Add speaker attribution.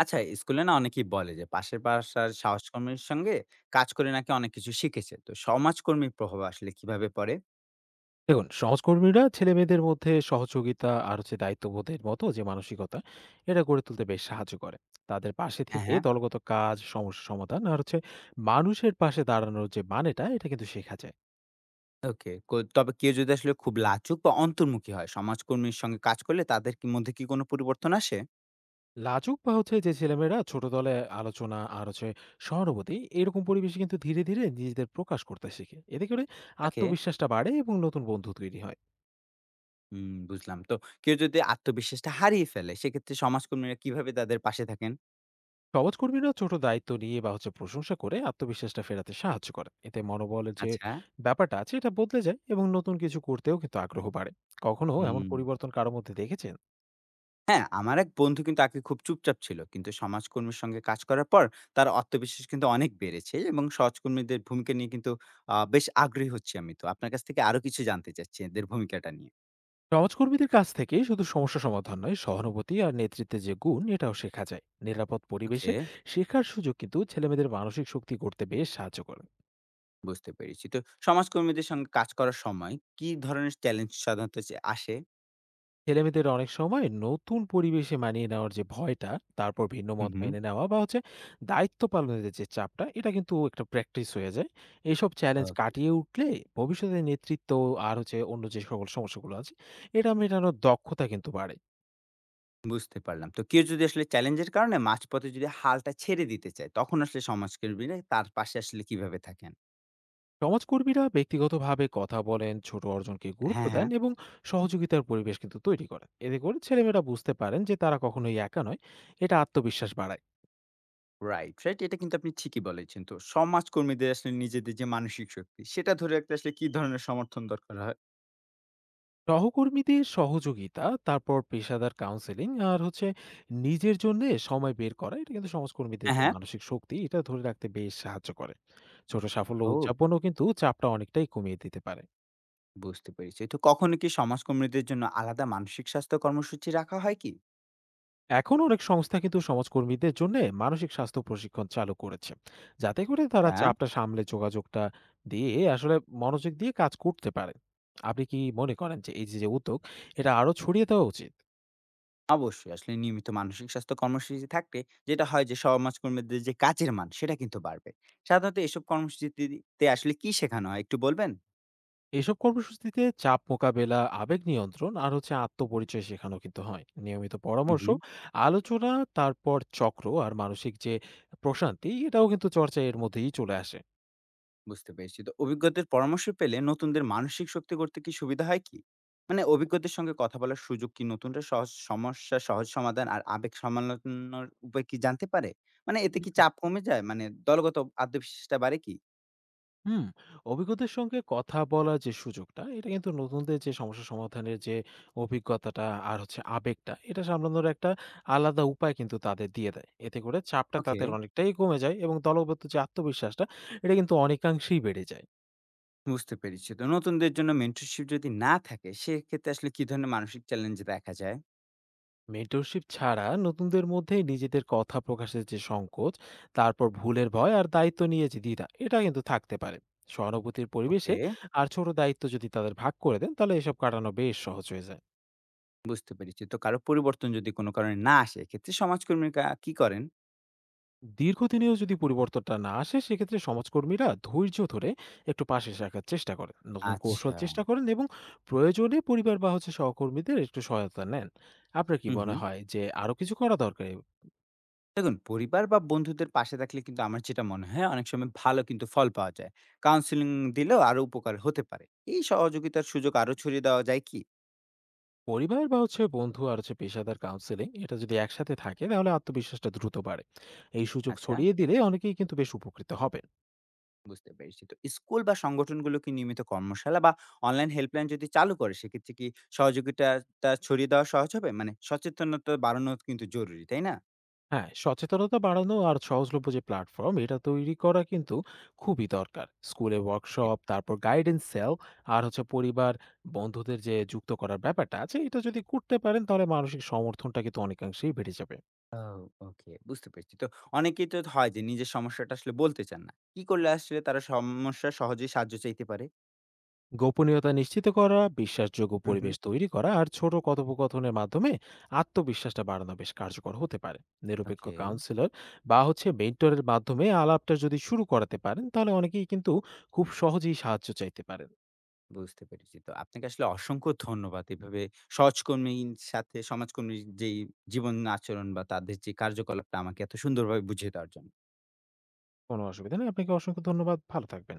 Speaker 1: আচ্ছা, স্কুলে না অনেকেই বলে যে পাশের বাসার সহকর্মীর সঙ্গে কাজ করে নাকি অনেক কিছু শিখেছে। তো সমাজকর্মীর প্রভাব আসলে কিভাবে পড়ে?
Speaker 2: দেখুন, সহকর্মীরা ছেলেমেয়েদের মধ্যে সহযোগিতা আর হচ্ছে দায়িত্ববোধের মতো যে মানসিকতা, এটা গড়ে তুলতে বেশ সাহায্য করে। তাদের পাশে
Speaker 1: হ্যাঁ,
Speaker 2: থেকে
Speaker 1: হ্যাঁ।
Speaker 2: দলগত কাজ, সমস্যা সমাধান আর হচ্ছে মানুষের পাশে দাঁড়ানোর যে মানেটা, এটা কিন্তু শেখা যায়।
Speaker 1: ওকে। তবে কেউ যদি আসলে খুব লাজুক বা অন্তর্মুখী হয়, সমাজকর্মীর সঙ্গে কাজ করলে তাদের মধ্যে কি কোনো পরিবর্তন আসে?
Speaker 2: লাজুক বা হচ্ছে যে ছেলেমেয়েরা ছোট দলে আলোচনা আর হচ্ছে সহানুভূতি, এরকম পরিবেশে কিন্তু ধীরে, ধীরে নিজেদের প্রকাশ করতে শেখে। এতে করে
Speaker 1: ওকে।
Speaker 2: আত্মবিশ্বাসটা বাড়ে এবং নতুন বন্ধু তৈরি হয়।
Speaker 1: হুম, বুঝলাম। তো কেউ যদি আত্মবিশ্বাসটা হারিয়ে ফেলে, সেক্ষেত্রে সমাজকর্মীরা কিভাবে তাদের পাশে থাকেন?
Speaker 2: সমাজকর্মীরা ছোট দায়িত্ব নিয়ে বা হচ্ছে প্রশংসা করে আত্মবিশ্বাসটা ফেরাতে সাহায্য করে, এতে মনোবলের যে
Speaker 1: আচ্ছা।
Speaker 2: ব্যাপারটা আছে এটা বদলে যায় এবং নতুন কিছু করতেও কিন্তু আগ্রহ বাড়ে। কখনো এমন
Speaker 1: হুম।
Speaker 2: পরিবর্তন কারো মধ্যে দেখেছেন?
Speaker 1: হ্যাঁ, আমার এক বন্ধু কিন্তু আগে খুব চুপচাপ ছিল। কিন্তু সমাজকর্মীর সঙ্গে কাজ করার পর তার আত্মবিশ্বাস কিন্তু অনেক বেড়েছে এবং সমাজকর্মীদের ভূমিকা নিয়ে কিন্তু বেশ আগ্রহী হচ্ছি আমি তো। আপনার কাছ থেকে আরো কিছু জানতে চাচ্ছি এদের ভূমিকাটা নিয়ে।
Speaker 2: সমাজকর্মীদের কাছ থেকে শুধু সমস্যা সমাধান নয়, সহানুভূতি আর নেতৃত্বের যে গুণ এটাও শেখা যায়। নিরাপদ পরিবেশে
Speaker 1: ওকে।
Speaker 2: শেখার সুযোগ কিন্তু ছেলেমেয়েদের মানসিক শক্তি গড়তে বেশ সাহায্য করে।
Speaker 1: বুঝতে পেরেছি। তো সমাজকর্মীদের সঙ্গে কাজ করার সময় কি ধরনের চ্যালেঞ্জ সাধারণত যে আসে?
Speaker 2: ছেলেমেয়েদের অনেক সময় নতুন পরিবেশে মানিয়ে নেওয়ার যে ভয়টা, তারপর ভিন্ন
Speaker 1: হুম,
Speaker 2: মত
Speaker 1: হুম।
Speaker 2: মেনে নেওয়া বা হচ্ছে দায়িত্ব পালনের যে চাপটা, এটা কিন্তু একটা প্র্যাকটিস হয়ে যায়। এইসব চ্যালেঞ্জ
Speaker 1: ওকে।
Speaker 2: কাটিয়ে উঠলে ভবিষ্যতে নেতৃত্ব আর হচ্ছে অন্য যে সকল সমস্যাগুলো আছে এটা মেটানোর দক্ষতা কিন্তু বাড়ে।
Speaker 1: বুঝতে পারলাম। তো কেউ যদি আসলে চ্যালেঞ্জের কারণে মাঝপথে যদি হালটা ছেড়ে দিতে চায়, তখন আসলে সমাজকর্মীরা তার পাশে আসলে কিভাবে থাকেন?
Speaker 2: সমাজকর্মীরা ব্যক্তিগতভাবে কথা বলেন, ছোট অর্জনকে গুরুত্ব
Speaker 1: হ্যাঁ,
Speaker 2: দেন
Speaker 1: হ্যাঁ।
Speaker 2: এবং সহযোগিতার পরিবেশ কিন্তু তৈরি করেন। এতে করে ছেলেমেয়েরা বুঝতে পারেন যে তারা কখনোই একা নয়, এটা আত্মবিশ্বাস বাড়ায়।
Speaker 1: Right, right. এটা কিন্তু আপনি ঠিকই বলেছেন। তো সমাজকর্মীদের আসলে নিজেদের যে মানসিক শক্তি, সেটা ধরে রাখতে আসলে কি ধরনের সমর্থন দরকার হয়?
Speaker 2: সহকর্মীদের সহযোগিতা, তারপর পেশাদার কাউন্সেলিং আর হচ্ছে নিজের জন্য সময় বের করা, এটা কিন্তু সমাজকর্মীদের
Speaker 1: হ্যাঁ,
Speaker 2: যে
Speaker 1: হ্যাঁ।
Speaker 2: মানসিক শক্তি এটা ধরে রাখতে বেশ সাহায্য করে। ছোট সাফল্য
Speaker 1: ও,
Speaker 2: উদযাপনও কিন্তু চাপটা অনেকটাই কমিয়ে দিতে পারে।
Speaker 1: বুঝতে পেরেছি। তো কখনো কি সমাজকর্মীদের জন্য আলাদা মানসিক স্বাস্থ্য কর্মসূচি রাখা হয় কি?
Speaker 2: এখন অনেক সংস্থা কিন্তু সমাজকর্মীদের জন্য মানসিক স্বাস্থ্য প্রশিক্ষণ চালু করেছে, যাতে করে তারা
Speaker 1: হ্যাঁ।
Speaker 2: চাপটা সামলে যোগাযোগটা দিয়ে আসলে মনোযোগ দিয়ে কাজ করতে পারে। আপনি কি মনে করেন যে এই যে যে উদ্যোগ এটা আরো ছড়িয়ে দেওয়া উচিত?
Speaker 1: অবশ্যই। আসলে নিয়মিত মানসিক স্বাস্থ্য কর্মসূচি থাকলে যেটা হয় যে সমাজকর্মীদের যে কাজের মান, সেটা কিন্তু বাড়বে। সাধারণত এসব কর্মসূচিতে আসলে কি শেখানো হয় একটু বলবেন?
Speaker 2: এসব কর্মসূচিতে চাপ মোকাবেলা, আবেগ নিয়ন্ত্রণ আর হচ্ছে আত্মপরিচয় শেখানো কিন্তু হয়। নিয়মিত
Speaker 1: হুম,
Speaker 2: পরামর্শ,
Speaker 1: হুম।
Speaker 2: আলোচনা, তারপর চক্র আর মানসিক যে প্রশান্তি, এটাও কিন্তু চর্চা এর মধ্যেই চলে আসে।
Speaker 1: বুঝতে পেরেছি। তো অভিজ্ঞদের পরামর্শ পেলে নতুনদের মানসিক শক্তি করতে কি সুবিধা হয় কি? মানে অভিজ্ঞদের সঙ্গে কথা বলার সুযোগ কি নতুনরা সহজ সমস্যা, সহজ সমাধান আর আবেগ সামলানোর উপায় কি জানতে পারে? মানে এতে কি চাপ কমে যায়? মানে দলগত আত্মবিশ্বাসটা বাড়ে কি?
Speaker 2: হুম, অভিজ্ঞদের সঙ্গে কথা বলার যে সুযোগটা এটা কিন্তু নতুনদের যে সমস্যা সমাধানের যে অভিজ্ঞতাটা আর হচ্ছে আবেগটা এটা সামলানোর একটা আলাদা উপায় কিন্তু তাদের দিয়ে দেয়। এতে করে চাপটা
Speaker 1: ওকে,
Speaker 2: তাদের অনেকটাই কমে যায় এবং দলগত যে আত্মবিশ্বাসটা এটা কিন্তু অনেকাংশেই বেড়ে যায়।
Speaker 1: বুঝতে পেরেছি। তো নতুনদের জন্য মেন্টরশিপ যদি না থাকে, সেক্ষেত্রে আসলে কি ধরনের মানসিক চ্যালেঞ্জ দেখা যায়?
Speaker 2: মেন্টরশিপ ছাড়া নতুনদের মধ্যে নিজেদের কথা প্রকাশের যে সংকোচ, তারপর ভুলের ভয় আর দায়িত্ব নিয়ে যে দ্বিধা, এটা কিন্তু থাকতে পারে। সহানুভূতির পরিবেশে
Speaker 1: ওকে,
Speaker 2: আর ছোট দায়িত্ব যদি তাদের ভাগ করে দেন, তাহলে এসব কাটানো বেশ সহজ হয়ে যায়।
Speaker 1: বুঝতে পেরেছি। তো কারো পরিবর্তন যদি কোনো কারণে না আসে, এক্ষেত্রে সমাজকর্মীরা কি করেন?
Speaker 2: দীর্ঘদিনেও যদি পরিবর্তনটা না আসে, সেক্ষেত্রে সমাজকর্মীরা ধৈর্য ধরে একটু পাশে রাখার চেষ্টা করেন, নতুন কৌশল
Speaker 1: আচ্ছা।
Speaker 2: চেষ্টা করেন এবং প্রয়োজনে পরিবার বা হচ্ছে সহকর্মীদের একটু সহায়তা নেন। আপনার কি
Speaker 1: হুম,
Speaker 2: মনে
Speaker 1: হুম।
Speaker 2: হয় যে আরো কিছু করা দরকার?
Speaker 1: দেখুন, পরিবার বা বন্ধুদের পাশে থাকলে কিন্তু আমার যেটা মনে হয় অনেক সময় ভালো কিন্তু ফল পাওয়া যায়। কাউন্সেলিং দিলেও আরো উপকার হতে পারে। এই সহযোগিতার সুযোগ আরো ছড়িয়ে দেওয়া যায় কি?
Speaker 2: পরিবার বা হচ্ছে বন্ধু আর হচ্ছে পেশাদার কাউন্সেলিং, এটা যদি একসাথে থাকে তাহলে আত্মবিশ্বাসটা দ্রুত বাড়ে। এই সুযোগ
Speaker 1: আচ্ছা,
Speaker 2: ছড়িয়ে দিলে অনেকেই কিন্তু বেশ উপকৃত হবেন।
Speaker 1: বুঝতে পেরেছি। তো স্কুল বা সংগঠনগুলো কি নিয়মিত কর্মশালা বা অনলাইন হেল্পলাইন যদি চালু করে সেক্ষেত্রে কি সহযোগিতাটা ছড়িয়ে দেওয়া সহজ হবে? মানে সচেতনতা বাড়ানো কিন্তু জরুরি, তাই না?
Speaker 2: হ্যাঁ, সচেতনতা বাড়ানো আর সহজলভ্য যে প্ল্যাটফর্ম এটা তৈরি করা কিন্তু খুবই দরকার। স্কুলে
Speaker 1: ওকে।
Speaker 2: ওয়ার্কশপ, তারপর গাইডেন্স সেল আর হচ্ছে পরিবার, বন্ধুদের যে যুক্ত করার ব্যাপারটা আছে, এটা যদি করতে পারেন তাহলে মানসিক সমর্থনটা কিন্তু অনেকাংশেই বেড়ে যাবে।
Speaker 1: ও, ওকে, বুঝতে পেরেছি। তো অনেকেই তো হয় যে নিজের সমস্যাটা আসলে বলতে চান না। কি করলে আসলে তারা সমস্যা সহজেই সাহায্য চাইতে পারে?
Speaker 2: গোপনীয়তা নিশ্চিত করা, বিশ্বাসযোগ্য
Speaker 1: হুম, হুম।
Speaker 2: পরিবেশ তৈরি করা আর ছোট কথোপকথনের মাধ্যমে আত্মবিশ্বাসটা বাড়ানো বেশ কার্যকর হতে পারে। নিরপেক্ষ
Speaker 1: ওকে।
Speaker 2: কাউন্সিলর বা হচ্ছে মেন্টরের মাধ্যমে আলাপটা যদি শুরু করাতে পারেন, তাহলে অনেকেই কিন্তু খুব সহজেই সাহায্য চাইতে পারেন।
Speaker 1: বুঝতে পেরেছি। তো আপনাকে আসলে অসংখ্য ধন্যবাদ। এভাবে সমাজকর্মীর যেই জীবন আচরণ বা তাদের যে কার্যকলাপটা আমাকে এত সুন্দরভাবে বুঝিয়ে দেওয়ার জন্য।
Speaker 2: কোনো অসুবিধা নেই, আপনাকে অসংখ্য ধন্যবাদ, ভালো থাকবেন।